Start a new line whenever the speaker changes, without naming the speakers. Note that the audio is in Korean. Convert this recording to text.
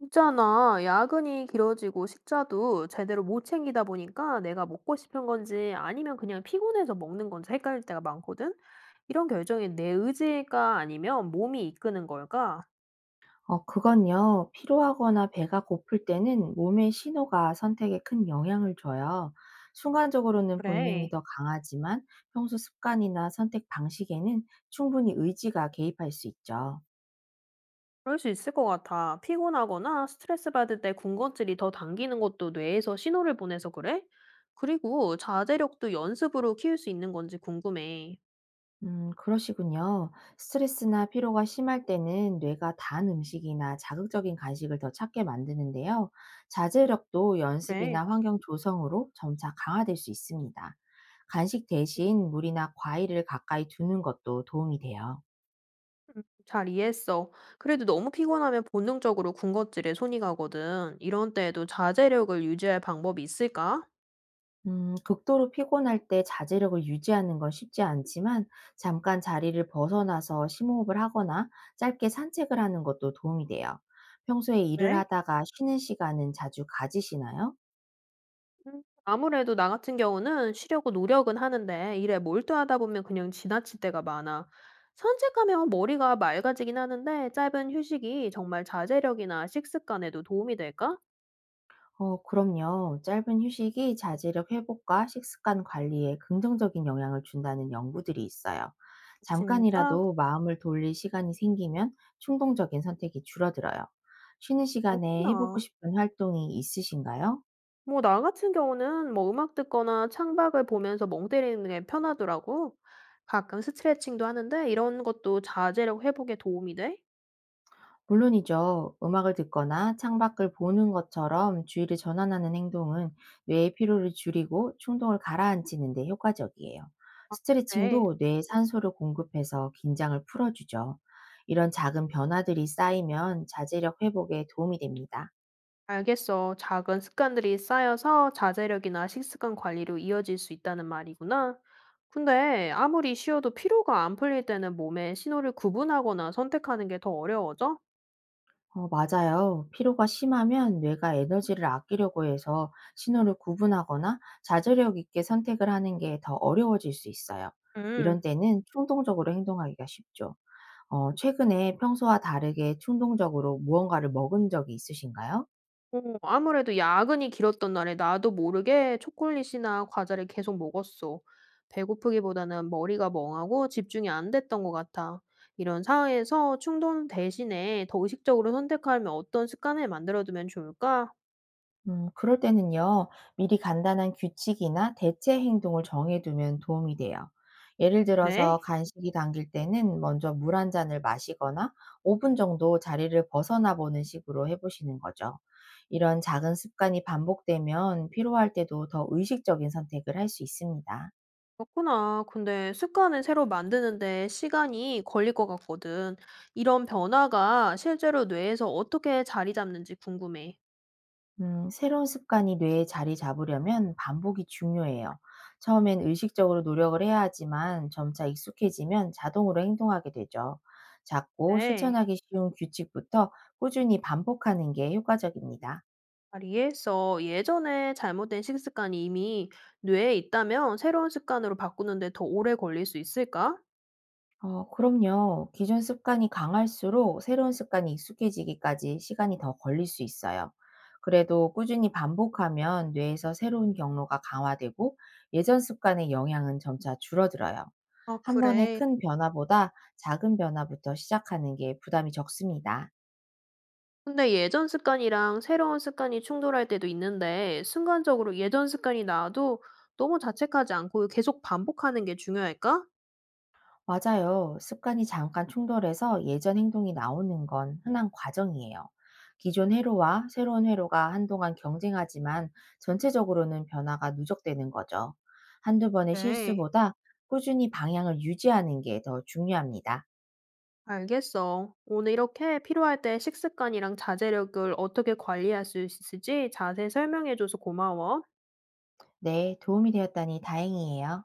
있잖아, 야근이 길어지고 식사도 제대로 못 챙기다 보니까 내가 먹고 싶은 건지 아니면 그냥 피곤해서 먹는 건지 헷갈릴 때가 많거든? 이런 결정이 내 의지가 아니면 몸이 이끄는 걸까?
어, 그건요. 피로하거나 배가 고플 때는 몸의 신호가 선택에 큰 영향을 줘요. 순간적으로는 본능이
그래,
더 강하지만 평소 습관이나 선택 방식에는 충분히 의지가 개입할 수 있죠.
그럴 수 있을 것 같아. 피곤하거나 스트레스 받을 때 군것질이 더 당기는 것도 뇌에서 신호를 보내서 그래? 그리고 자제력도 연습으로 키울 수 있는 건지 궁금해.
그러시군요. 스트레스나 피로가 심할 때는 뇌가 단 음식이나 자극적인 간식을 더 찾게 만드는데요. 자제력도
그래.
연습이나 환경 조성으로 점차 강화될 수 있습니다. 간식 대신 물이나 과일을 가까이 두는 것도 도움이 돼요.
잘 이해했어. 그래도 너무 피곤하면 본능적으로 군것질에 손이 가거든. 이런 때에도 자제력을 유지할 방법이 있을까?
극도로 피곤할 때 자제력을 유지하는 건 쉽지 않지만 잠깐 자리를 벗어나서 심호흡을 하거나 짧게 산책을 하는 것도 도움이 돼요. 평소에 일을
왜?
하다가 쉬는 시간은 자주 가지시나요?
아무래도 나 같은 경우는 쉬려고 노력은 하는데 일에 몰두하다 보면 그냥 지나칠 때가 많아. 산책하면 머리가 맑아지긴 하는데 짧은 휴식이 정말 자제력이나 식습관에도 도움이 될까?
어, 그럼요. 짧은 휴식이 자제력 회복과 식습관 관리에 긍정적인 영향을 준다는 연구들이 있어요.
진짜?
잠깐이라도 마음을 돌릴 시간이 생기면 충동적인 선택이 줄어들어요. 쉬는 시간에 해보고
그렇구나.
싶은 활동이 있으신가요?
뭐, 나 같은 경우는 뭐 음악 듣거나 창밖을 보면서 멍 때리는 게 편하더라고. 가끔 스트레칭도 하는데 이런 것도 자제력 회복에 도움이 돼?
물론이죠. 음악을 듣거나 창밖을 보는 것처럼 주의를 전환하는 행동은 뇌의 피로를 줄이고 충동을 가라앉히는 데 효과적이에요.
네,
스트레칭도 뇌에 산소를 공급해서 긴장을 풀어주죠. 이런 작은 변화들이 쌓이면 자제력 회복에 도움이 됩니다.
알겠어. 작은 습관들이 쌓여서 자제력이나 식습관 관리로 이어질 수 있다는 말이구나. 근데 아무리 쉬어도 피로가 안 풀릴 때는 몸의 신호를 구분하거나 선택하는 게 더 어려워져?
어, 맞아요. 피로가 심하면 뇌가 에너지를 아끼려고 해서 신호를 구분하거나 자제력 있게 선택을 하는 게 더 어려워질 수 있어요. 이런
음.
때는 충동적으로 행동하기가 쉽죠. 어, 최근에 평소와 다르게 충동적으로 무언가를 먹은 적이 있으신가요?
어 아무래도 야근이 길었던 날에 나도 모르게 초콜릿이나 과자를 계속 먹었어. 배고프기보다는 머리가 멍하고 집중이 안 됐던 것 같아. 이런 상황에서 충동 대신에 더 의식적으로 선택하면 어떤 습관을 만들어두면 좋을까?
그럴 때는요, 미리 간단한 규칙이나 대체 행동을 정해두면 도움이 돼요. 예를
그래?
들어서 간식이 당길 때는 먼저 물 한 잔을 마시거나 5분 정도 자리를 벗어나 보는 식으로 해보시는 거죠. 이런 작은 습관이 반복되면 피로할 때도 더 의식적인 선택을 할 수 있습니다.
그렇구나. 근데 습관을 새로 만드는데 시간이 걸릴 것 같거든. 이런 변화가 실제로 뇌에서 어떻게 자리 잡는지 궁금해.
새로운 습관이 뇌에 자리 잡으려면 반복이 중요해요. 처음엔 의식적으로 노력을 해야 하지만 점차 익숙해지면 자동으로 행동하게 되죠. 작고
네.
실천하기 쉬운 규칙부터 꾸준히 반복하는 게 효과적입니다.
잘 이해했어. 예전에 잘못된 식습관이 이미 뇌에 있다면 새로운 습관으로 바꾸는데 더 오래 걸릴 수 있을까?
어, 그럼요. 기존 습관이 강할수록 새로운 습관이 익숙해지기까지 시간이 더 걸릴 수 있어요. 그래도 꾸준히 반복하면 뇌에서 새로운 경로가 강화되고 예전 습관의 영향은 점차 줄어들어요.
아,
한 번의
그래.
큰 변화보다 작은 변화부터 시작하는 게 부담이 적습니다.
근데 예전 습관이랑 새로운 습관이 충돌할 때도 있는데, 순간적으로 예전 습관이 나와도 너무 자책하지 않고 계속 반복하는 게 중요할까?
맞아요. 습관이 잠깐 충돌해서 예전 행동이 나오는 건 흔한 과정이에요. 기존 회로와 새로운 회로가 한동안 경쟁하지만 전체적으로는 변화가 누적되는 거죠. 한두 번의
네.
실수보다 꾸준히 방향을 유지하는 게 더 중요합니다.
알겠어. 오늘 이렇게 필요할 때 식습관이랑 자제력을 어떻게 관리할 수 있을지 자세히 설명해줘서 고마워.
네, 도움이 되었다니 다행이에요.